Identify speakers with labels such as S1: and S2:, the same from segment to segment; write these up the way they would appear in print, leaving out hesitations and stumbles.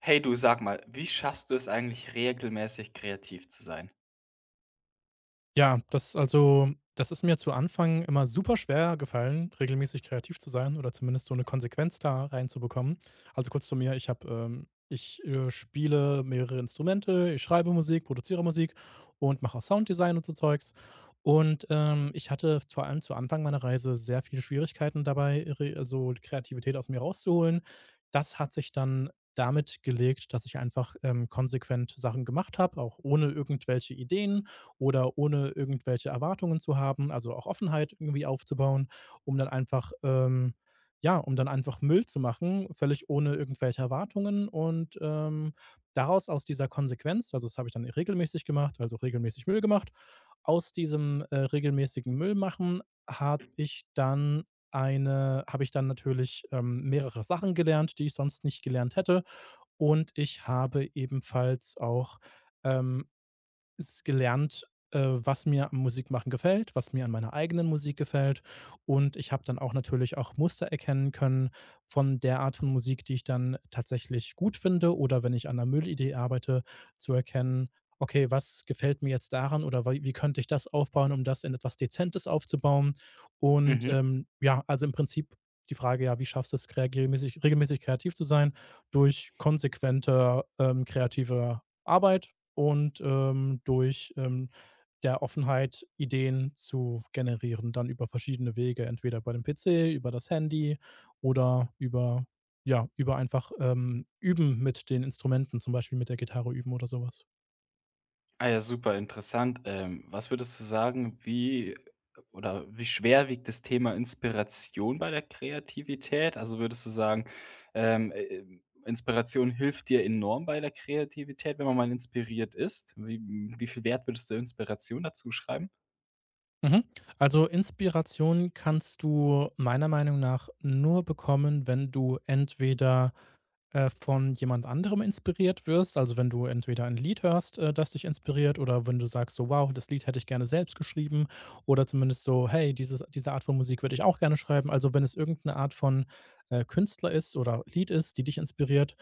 S1: Hey du, sag mal, wie schaffst du es eigentlich regelmäßig kreativ zu sein?
S2: Ja, das also, das ist mir zu Anfang immer super schwer gefallen, regelmäßig kreativ zu sein oder zumindest so eine Konsequenz da reinzubekommen. Also, kurz zu mir, ich spiele mehrere Instrumente, ich schreibe Musik, produziere Musik und mache auch Sounddesign und so Zeugs. Und, ich hatte vor allem zu Anfang meiner Reise sehr viele Schwierigkeiten dabei, re also Kreativität aus mir rauszuholen. Das hat sich dann damit gelegt, dass ich einfach, konsequent Sachen gemacht habe, auch ohne irgendwelche Ideen oder ohne irgendwelche Erwartungen zu haben, also auch Offenheit irgendwie aufzubauen, um dann einfach, ähm, ja, um dann einfach Müll zu machen, völlig ohne irgendwelche Erwartungen, und daraus aus dieser Konsequenz, also das habe ich dann regelmäßig gemacht, also regelmäßig Müll gemacht. Aus diesem regelmäßigen Müll machen habe ich dann habe ich dann natürlich, mehrere Sachen gelernt, die ich sonst nicht gelernt hätte, und ich habe ebenfalls auch ähm, s gelernt, was mir am Musikmachen gefällt, was mir an meiner eigenen Musik gefällt. Und ich habe dann auch natürlich auch Muster erkennen können von der Art von Musik, die ich dann tatsächlich gut finde, oder wenn ich an einer Müllidee arbeite, zu erkennen: „Okay, was gefällt mir jetzt daran oder wei wie könnte ich das aufbauen, um das in etwas Dezentes aufzubauen?" Und,
S1: Mhm.
S2: ja, also im Prinzip die Frage: ja, wie schaffst du's krea regelmäßig kreativ zu sein? Durch konsequente, kreative Arbeit und, durch, der Offenheit, Ideen zu generieren, dann über verschiedene Wege, entweder über den PC, über das Handy oder über, ja, über einfach, Üben mit den Instrumenten, zum Beispiel mit der Gitarre üben oder sowas.
S1: Ah ja, super interessant. Was würdest du sagen, wie oder wie schwer wiegt das Thema Inspiration bei der Kreativität? Also würdest du sagen, Inspiration hilft dir enorm bei der Kreativität, wenn man mal inspiriert ist? Wie, wie viel Wert würdest du Inspiration dazu schreiben?
S2: Mhm. Also Inspiration kannst du meiner Meinung nach nur bekommen, wenn du entweder, von jemand anderem inspiriert wirst, also wenn du entweder ein Lied hörst, das dich inspiriert, oder wenn du sagst so: wow, das Lied hätte ich gerne selbst geschrieben, oder zumindest so: hey, diese Art von Musik würde ich auch gerne schreiben. Also, wenn es irgendeine Art von, Künstler ist oder Lied ist, die dich inspiriert.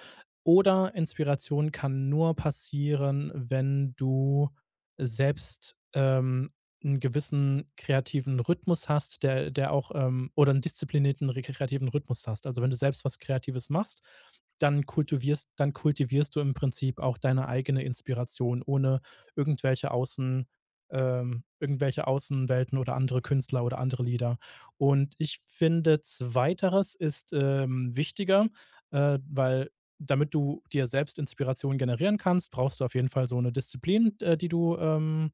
S2: Oder Inspiration kann nur passieren, wenn du selbst, einen gewissen kreativen Rhythmus hast, der auch, oder 'n disziplinierten re kreativen Rhythmus hast. Also, wenn du selbst was Kreatives machst, dann kultivierst du im Prinzip auch deine eigene Inspiration ohne irgendwelche Außen irgendwelche Außenwelten oder andere Künstler oder andere Lieder. Und ich finde, zweiteres ist, wichtiger, weil, damit du dir selbst Inspiration generieren kannst, brauchst du auf jeden Fall so eine Disziplin, die du,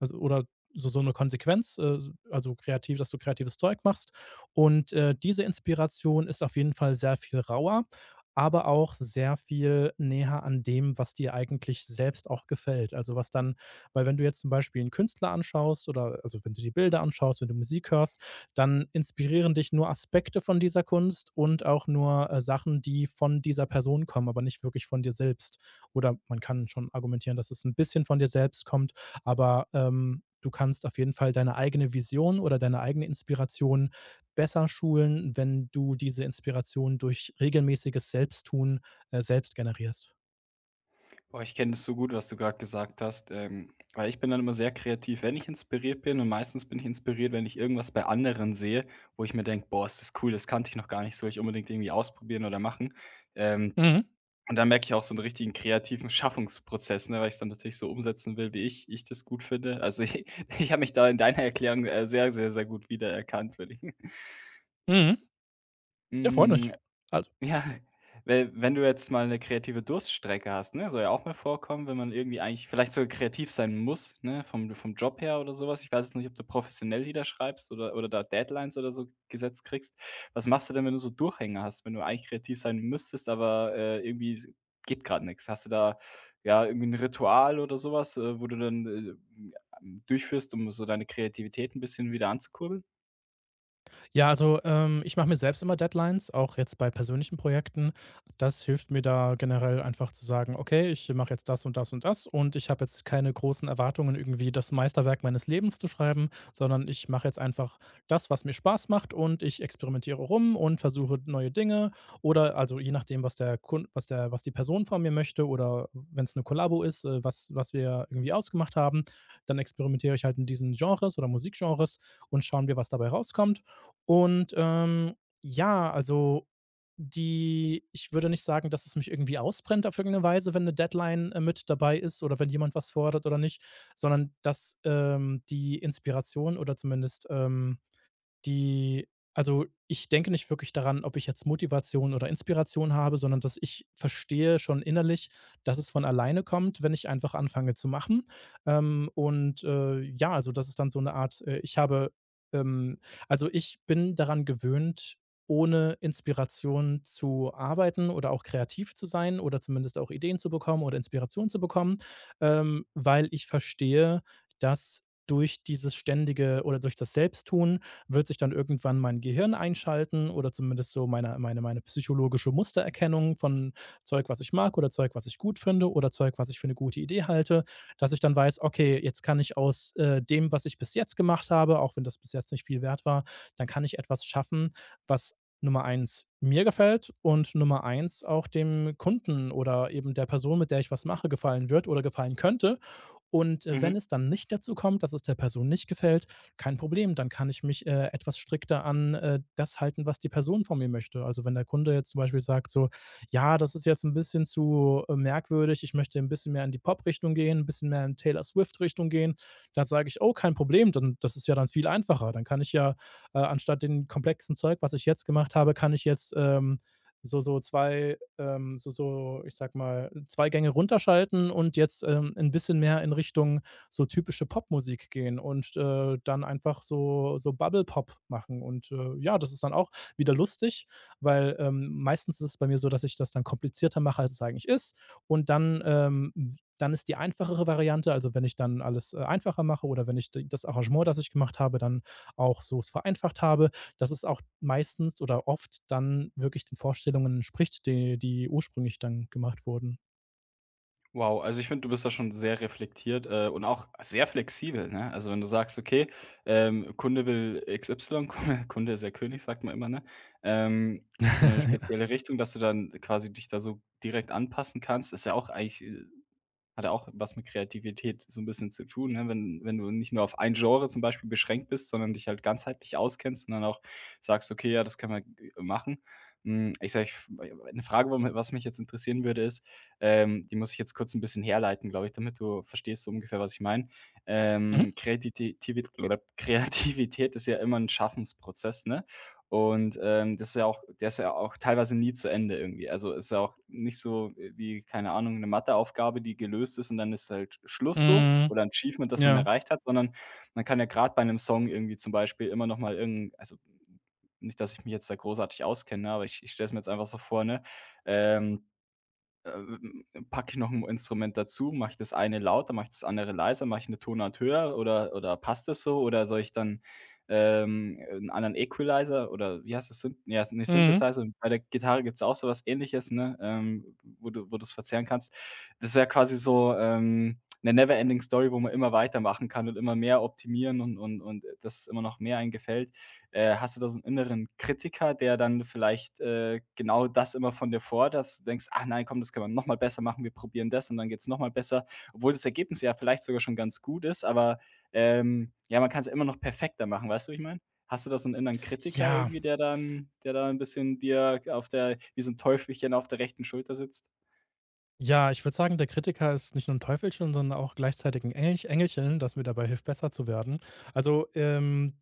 S2: also, oder so, so eine Konsequenz, also kreativ, dass du kreatives Zeug machst. Und, diese Inspiration ist auf jeden Fall sehr viel rauer, aber auch sehr viel näher an dem, was dir eigentlich selbst auch gefällt. Also was dann, weil, wenn du jetzt zum Beispiel einen Künstler anschaust oder also wenn du die Bilder anschaust, wenn du Musik hörst, dann inspirieren dich nur Aspekte von dieser Kunst und auch nur, Sachen, die von dieser Person kommen, aber nicht wirklich von dir selbst. Oder man kann schon argumentieren, dass es ein bisschen von dir selbst kommt, aber, du kannst auf jeden Fall deine eigene Vision oder deine eigene Inspiration besser schulen, wenn du diese Inspiration durch regelmäßiges Selbsttun, selbst generierst.
S1: Boah, ich kenne das so gut, was du gerade gesagt hast, weil ich bin dann immer sehr kreativ, wenn ich inspiriert bin und meistens bin ich inspiriert, wenn ich irgendwas bei anderen sehe, wo ich mir denke: „Boah, ist das cool, das kannte ich noch gar nicht, soll ich unbedingt irgendwie ausprobieren oder machen.“ Ähm,
S2: Mhm.
S1: und dann merke ich auch so einen richtigen kreativen Schaffungsprozess, ne, weil ich's dann natürlich so umsetzen will, wie ich das gut finde. Also, ich habe mich da in deiner Erklärung, sehr, sehr, sehr gut wiedererkannt, würde ich.
S2: Mhm. Ja, freut
S1: Hm,
S2: mich. Also,
S1: ja, we wenn du jetzt mal eine kreative Durststrecke hast, ne? Soll ja auch mal vorkommen, wenn man irgendwie eigentlich vielleicht sogar kreativ sein muss, ne? Vom Job her oder sowas. Ich weiß jetzt nicht, ob du professionell Lieder schreibst oder da Deadlines oder so gesetzt kriegst. Was machst du denn, wenn du so Durchhänger hast, wenn du eigentlich kreativ sein müsstest, aber, irgendwie s geht gerade nichts? Hast du da, ja, irgendwie ein Ritual oder sowas, wo du dann, durchführst, um so deine Kreativität ein bisschen wieder anzukurbeln?
S2: ja, ich mache mir selbst immer Deadlines, auch jetzt bei persönlichen Projekten. Das hilft mir da generell einfach zu sagen, okay, ich mache jetzt das und das und das, und ich habe jetzt keine großen Erwartungen, irgendwie das Meisterwerk meines Lebens zu schreiben, sondern ich mache jetzt einfach das, was mir Spaß macht, und ich experimentiere rum und versuche neue Dinge, oder also je nachdem, was der Kunde, was die Person von mir möchte, oder wenn es eine Kollabo ist, was wir irgendwie ausgemacht haben, dann experimentiere ich halt in diesen Genres oder Musikgenres, und schauen wir, was dabei rauskommt. Und, ja, also, die ich würde nicht sagen, dass es mich irgendwie ausbrennt auf irgendeine Weise, wenn eine Deadline, mit dabei ist oder wenn jemand was fordert oder nicht, sondern dass, die Inspiration oder zumindest, die also, ich denke nicht wirklich daran, ob ich jetzt Motivation oder Inspiration habe, sondern dass ich verstehe schon innerlich, dass es von alleine kommt, wenn ich einfach anfange zu machen. Und, ja, also, das ist dann so eine Art, ähm also, ich bin daran gewöhnt, ohne Inspiration zu arbeiten oder auch kreativ zu sein oder zumindest auch Ideen zu bekommen oder Inspiration zu bekommen, weil ich verstehe, dass durch dieses ständige oder durch das Selbsttun wird sich dann irgendwann mein Gehirn einschalten, oder zumindest so meine psychologische Mustererkennung von Zeug, was ich mag, oder Zeug, was ich gut finde, oder Zeug, was ich für eine gute Idee halte, dass ich dann weiß, okay, jetzt kann ich aus, dem, was ich bis jetzt gemacht habe, auch wenn das bis jetzt nicht viel wert war, dann kann ich etwas schaffen, was Nummer eins mir gefällt und Nummer eins auch dem Kunden oder eben der Person, mit der ich was mache, gefallen wird oder gefallen könnte. Und, wenn
S1: Mhm.
S2: es dann nicht dazu kommt, dass es der Person nicht gefällt, kein Problem, dann kann ich mich, etwas strikter an, das halten, was die Person von mir möchte. Also, wenn der Kunde jetzt zum Beispiel sagt so: „Ja, das ist jetzt ein bisschen zu, merkwürdig, ich möchte ein bisschen mehr in die Pop-Richtung gehen, ein bisschen mehr in Taylor Swift-Richtung gehen." Dann sage ich: „Oh, kein Problem, dann das ist ja dann viel einfacher. Dann kann ich ja, anstatt den komplexen Zeug, was ich jetzt gemacht habe, kann ich jetzt, so so, ich sag mal, 2 Gänge runterschalten und jetzt, 'n bisschen mehr in Richtung, so typische Popmusik gehen und, dann einfach so so Bubble-Pop machen und, ja, das ist dann auch wieder lustig, weil, meistens ist es bei mir so, dass ich das dann komplizierter mache, als es eigentlich ist, und dann, w dann ist die einfachere Variante, also, wenn ich dann alles, einfacher mache oder wenn ich d das Arrangement, das ich gemacht habe, dann auch so's vereinfacht habe, dass es auch meistens oder oft dann wirklich den Vorstellungen entspricht, die ursprünglich dann gemacht wurden.
S1: Wow, also ich finde, du bist da schon sehr reflektiert, und auch sehr flexibel, ne? Also, wenn du sagst: „Okay, Kunde will XY“, Kunde Kunde ist ja König, sagt man immer, ne? Ähm, und 'ne
S2: Ja.
S1: spezielle Richtung, dass du dann quasi dich da so direkt anpassen kannst, ist ja auch eigentlich hat ja auch was mit Kreativität so ein bisschen zu tun, ne? Wenn du nicht nur auf ein Genre zum Beispiel beschränkt bist, sondern dich halt ganzheitlich auskennst und dann auch sagst: „Okay, ja, das kann man g machen.“ Hm, ich sage, eine Frage, wo mi was mich jetzt interessieren würde, ist die muss ich jetzt kurz ein bisschen herleiten, glaube ich, damit du verstehst so ungefähr, was ich meine.
S2: Mhm.
S1: Kreatiti oder Kreativität ist ja immer ein Schaffensprozess, ne? Und, das ist ja auch der ist ja auch teilweise nie zu Ende irgendwie. Also, ist ja auch nicht so, wie, keine Ahnung, eine Matheaufgabe, die gelöst ist und dann ist halt Schluss so
S2: Mhm.
S1: oder 'n Achievement, das man
S2: Ja.
S1: erreicht hat, sondern man kann ja gerade bei einem Song irgendwie zum Beispiel immer noch mal irgend also, nicht, dass ich mich jetzt da großartig auskenne, aber ich stelle es mir jetzt einfach so vor, ne? Ähm packe ich noch ein Instrument dazu? Mache ich das eine lauter, mache ich das andere leiser, mache ich eine Tonart höher oder passt das so? Oder soll ich dann, 'n anderen Equalizer oder wie heißt das? Syn Ja, ne,
S2: Mhm.
S1: Synthesizer und bei der Gitarre gibt es auch sowas Ähnliches, ne, wo du es verzerren kannst. Das ist ja quasi so, 'ne Never Ending Story, wo man immer weitermachen kann und immer mehr optimieren und dass immer noch mehr einem gefällt. Hast du da so einen inneren Kritiker, der dann vielleicht, genau das immer von dir fordert, dass du denkst: „Ach nein, komm, das kann man noch mal besser machen. Wir probieren das und dann geht's noch mal besser.“ Obwohl das Ergebnis ja vielleicht sogar schon ganz gut ist, aber, ja, man kann's ja immer noch perfekter machen. Weißt du, wie ich meine? Hast du da so einen inneren Kritiker
S2: Ja,
S1: irgendwie, der da ein bisschen dir auf der wie so ein Teufelchen auf der rechten Schulter sitzt?
S2: ja, ich würde sagen, der Kritiker ist nicht nur ein Teufelchen, sondern auch gleichzeitig ein Engelchen, das mir dabei hilft, besser zu werden. Also,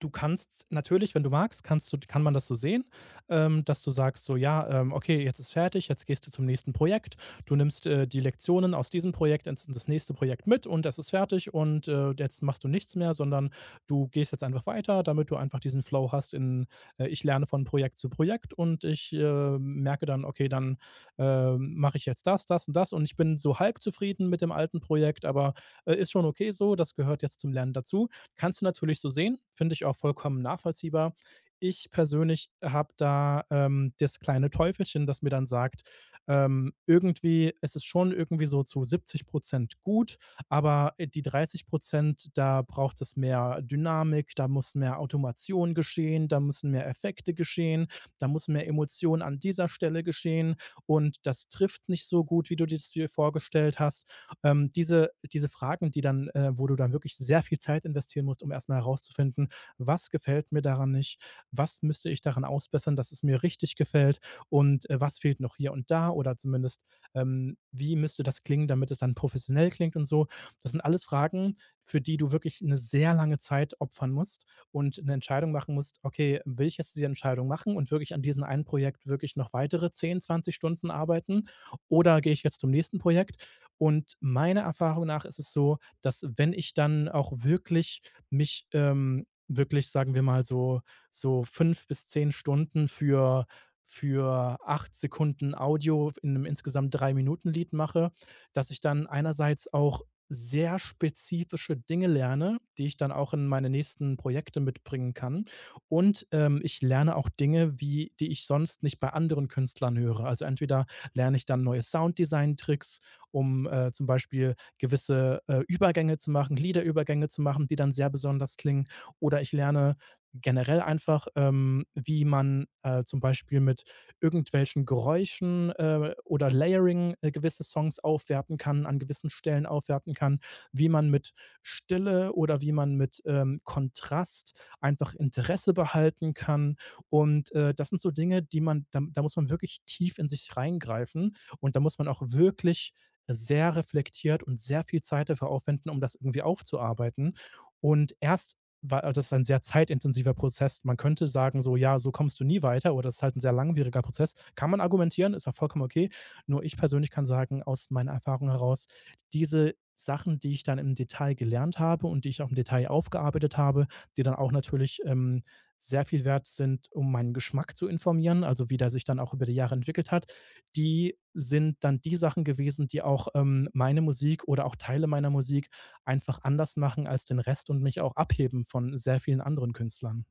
S2: du kannst natürlich, wenn du magst, kann man das so sehen, dass du sagst so: „Ja, okay, jetzt ist fertig, jetzt gehst du zum nächsten Projekt. Du nimmst, die Lektionen aus diesem Projekt ins das nächste Projekt mit, und das ist fertig, und, jetzt machst du nichts mehr, sondern du gehst jetzt einfach weiter, damit du einfach diesen Flow hast in, ich lerne von Projekt zu Projekt, und ich, merke dann, okay, dann, mache ich jetzt das, das und das, und ich bin so halb zufrieden mit dem alten Projekt, aber, ist schon okay so, das gehört jetzt zum Lernen dazu. Kannst du natürlich so sehen, finde ich auch vollkommen nachvollziehbar. Ich persönlich habe da, das kleine Teufelchen, das mir dann sagt, irgendwie, es ist schon irgendwie so zu 70% gut, aber, die 30%, da braucht es mehr Dynamik, da muss mehr Automation geschehen, da müssen mehr Effekte geschehen, da muss mehr Emotion an dieser Stelle geschehen, und das trifft nicht so gut, wie du dir das dir vorgestellt hast. Diese Fragen, wo du dann wirklich sehr viel Zeit investieren musst, um erstmal herauszufinden: was gefällt mir daran nicht, was müsste ich daran ausbessern, dass es mir richtig gefällt, und, was fehlt noch hier und da, oder zumindest, wie müsste das klingen, damit es dann professionell klingt und so. Das sind alles Fragen, für die du wirklich eine sehr lange Zeit opfern musst und eine Entscheidung machen musst: „Okay, will ich jetzt diese Entscheidung machen und wirklich an diesem einen Projekt wirklich noch weitere 10, 20 Stunden arbeiten, oder gehe ich jetzt zum nächsten Projekt?" Und meiner Erfahrung nach ist es so, dass, wenn ich dann auch wirklich mich, wirklich, sagen wir mal, so so 5 bis 10 Stunden für 8 Sekunden Audio in einem insgesamt 3 Minuten Lied mache, dass ich dann einerseits auch sehr spezifische Dinge lerne, die ich dann auch in meine nächsten Projekte mitbringen kann. Und, ich lerne auch Dinge, wie die ich sonst nicht bei anderen Künstlern höre. Also, entweder lerne ich dann neue Sounddesign-Tricks, um, zum Beispiel gewisse, Übergänge zu machen, Liederübergänge zu machen, die dann sehr besonders klingen. Oder ich lerne generell einfach, wie man, zum Beispiel mit irgendwelchen Geräuschen, oder Layering, gewisse Songs aufwerten kann, an gewissen Stellen aufwerten kann, wie man mit Stille oder wie man mit, Kontrast einfach Interesse behalten kann. Und, das sind so Dinge, da muss man wirklich tief in sich reingreifen, und da muss man auch wirklich sehr reflektiert und sehr viel Zeit dafür aufwenden, um das irgendwie aufzuarbeiten. Und erst war also Das ist ein sehr zeitintensiver Prozess. Man könnte sagen, so, ja, so kommst du nie weiter, oder das ist halt ein sehr langwieriger Prozess. Kann man argumentieren, ist auch vollkommen okay. Nur ich persönlich kann sagen, aus meiner Erfahrung heraus: diese Sachen, die ich dann im Detail gelernt habe und die ich auch im Detail aufgearbeitet habe, die dann auch natürlich, sehr viel wert sind, um meinen Geschmack zu informieren, also wie der sich dann auch über die Jahre entwickelt hat, die sind dann die Sachen gewesen, die auch, meine Musik oder auch Teile meiner Musik einfach anders machen als den Rest und mich auch abheben von sehr vielen anderen Künstlern.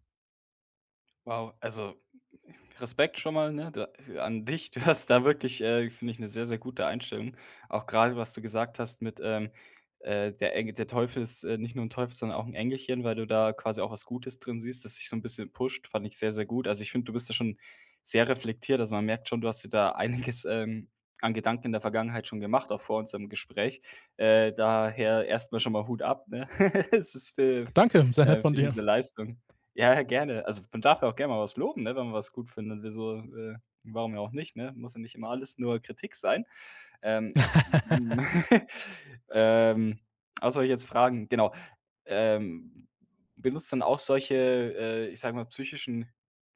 S1: Wow, also Respekt schon mal, ne, da an dich. Du hast da wirklich, finde ich, eine sehr, sehr gute Einstellung. Auch gerade was du gesagt hast mit, der Engel der Teufel ist, nicht nur ein Teufel, sondern auch ein Engelchen, weil du da quasi auch was Gutes drin siehst, das sich so ein bisschen pusht, fand ich sehr, sehr gut. Also, ich finde, du bist da schon sehr reflektiert. Also, man merkt schon, du hast dir da einiges, an Gedanken in der Vergangenheit schon gemacht, auch vor unserem Gespräch. Daher erstmal schon mal Hut ab, ne? Es ist
S2: Danke, sehr nett von
S1: für
S2: dir.
S1: diese Leistung. Ja, ja, gerne. Also, man darf ja auch gerne mal was loben, ne, wenn man was gut findet. Wieso, warum ja auch nicht, ne? Muss ja nicht immer alles nur Kritik sein. Ähm, ähm, was soll ich jetzt fragen? Genau. Ähm, Benutzt dann auch solche, ich sage mal, psychischen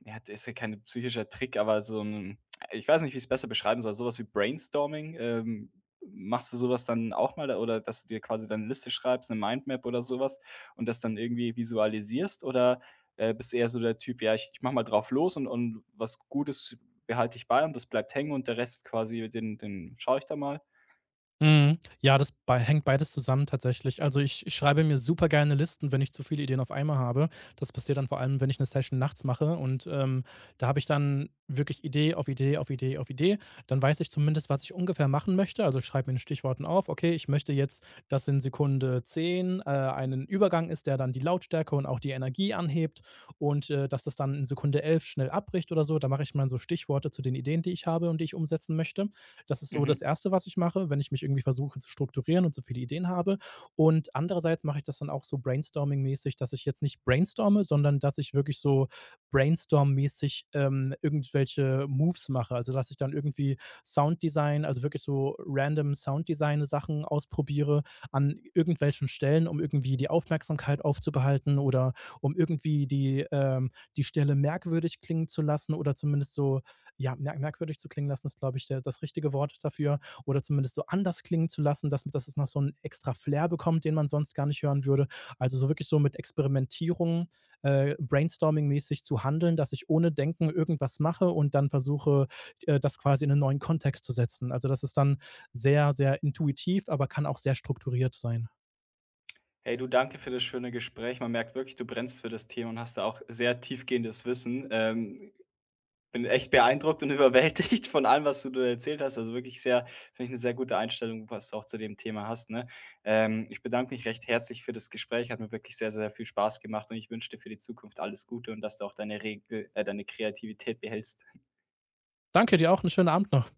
S1: ja, das ist ja kein psychischer Trick, aber so ein, ich weiß nicht, wie ich es besser beschreiben soll, sowas wie Brainstorming? Machst du sowas dann auch mal da oder dass du dir quasi dann 'ne Liste schreibst, eine Mindmap oder sowas und das dann irgendwie visualisierst oder, bist du eher so der Typ: „Ja, ich mache mal drauf los und was Gutes behalte ich bei und das bleibt hängen und der Rest quasi, den schaue ich da mal.
S2: Mhm. Ja, das bei hängt beides zusammen tatsächlich. Also, ich schreibe mir super gerne Listen, wenn ich zu viele Ideen auf einmal habe. Das passiert dann vor allem, wenn ich eine Session nachts mache, und, da habe ich dann wirklich Idee auf Idee auf Idee auf Idee. Dann weiß ich zumindest, was ich ungefähr machen möchte. Also, ich schreibe mir in Stichworten auf: „Okay, ich möchte jetzt, dass in Sekunde 10, einen Übergang ist, der dann die Lautstärke und auch die Energie anhebt, und, dass das dann in Sekunde 11 schnell abbricht" oder so. Da mache ich mir so Stichworte zu den Ideen, die ich habe und die ich umsetzen möchte. Das ist so
S1: Mhm.
S2: das Erste, was ich mache, wenn ich mich irgendwie versuche zu strukturieren und so viele Ideen habe. Und andererseits mache ich das dann auch so brainstorming-mäßig, dass ich jetzt nicht brainstorme, sondern dass ich wirklich so brainstorm-mäßig, irgendwelche Moves mache. Also dass ich dann irgendwie Sounddesign, also wirklich so random Sounddesign-Sachen ausprobiere an irgendwelchen Stellen, um irgendwie die Aufmerksamkeit aufzubehalten oder um irgendwie die Stelle merkwürdig klingen zu lassen, oder zumindest so, ja, merkwürdig zu klingen lassen ist, glaube ich, der das richtige Wort dafür, oder zumindest so anders klingen zu lassen, dass es noch so einen extra Flair bekommt, den man sonst gar nicht hören würde. Also, so wirklich so mit Experimentierung, brainstorming-mäßig zu handeln, dass ich ohne Denken irgendwas mache und dann versuche, das quasi in einen neuen Kontext zu setzen. Also, das ist dann sehr, sehr intuitiv, aber kann auch sehr strukturiert sein.
S1: Hey du, danke für das schöne Gespräch. Man merkt wirklich, du brennst für das Thema und hast da auch sehr tiefgehendes Wissen. Bin echt beeindruckt und überwältigt von allem, was du da erzählt hast. Also wirklich sehr finde ich eine sehr gute Einstellung, was du auch zu dem Thema hast, ne? Ich bedanke mich recht herzlich für das Gespräch. Hat mir wirklich sehr, sehr viel Spaß gemacht und ich wünsche dir für die Zukunft alles Gute und dass du auch deine Regel deine Kreativität behältst.
S2: Danke, dir auch 'n schönen Abend noch.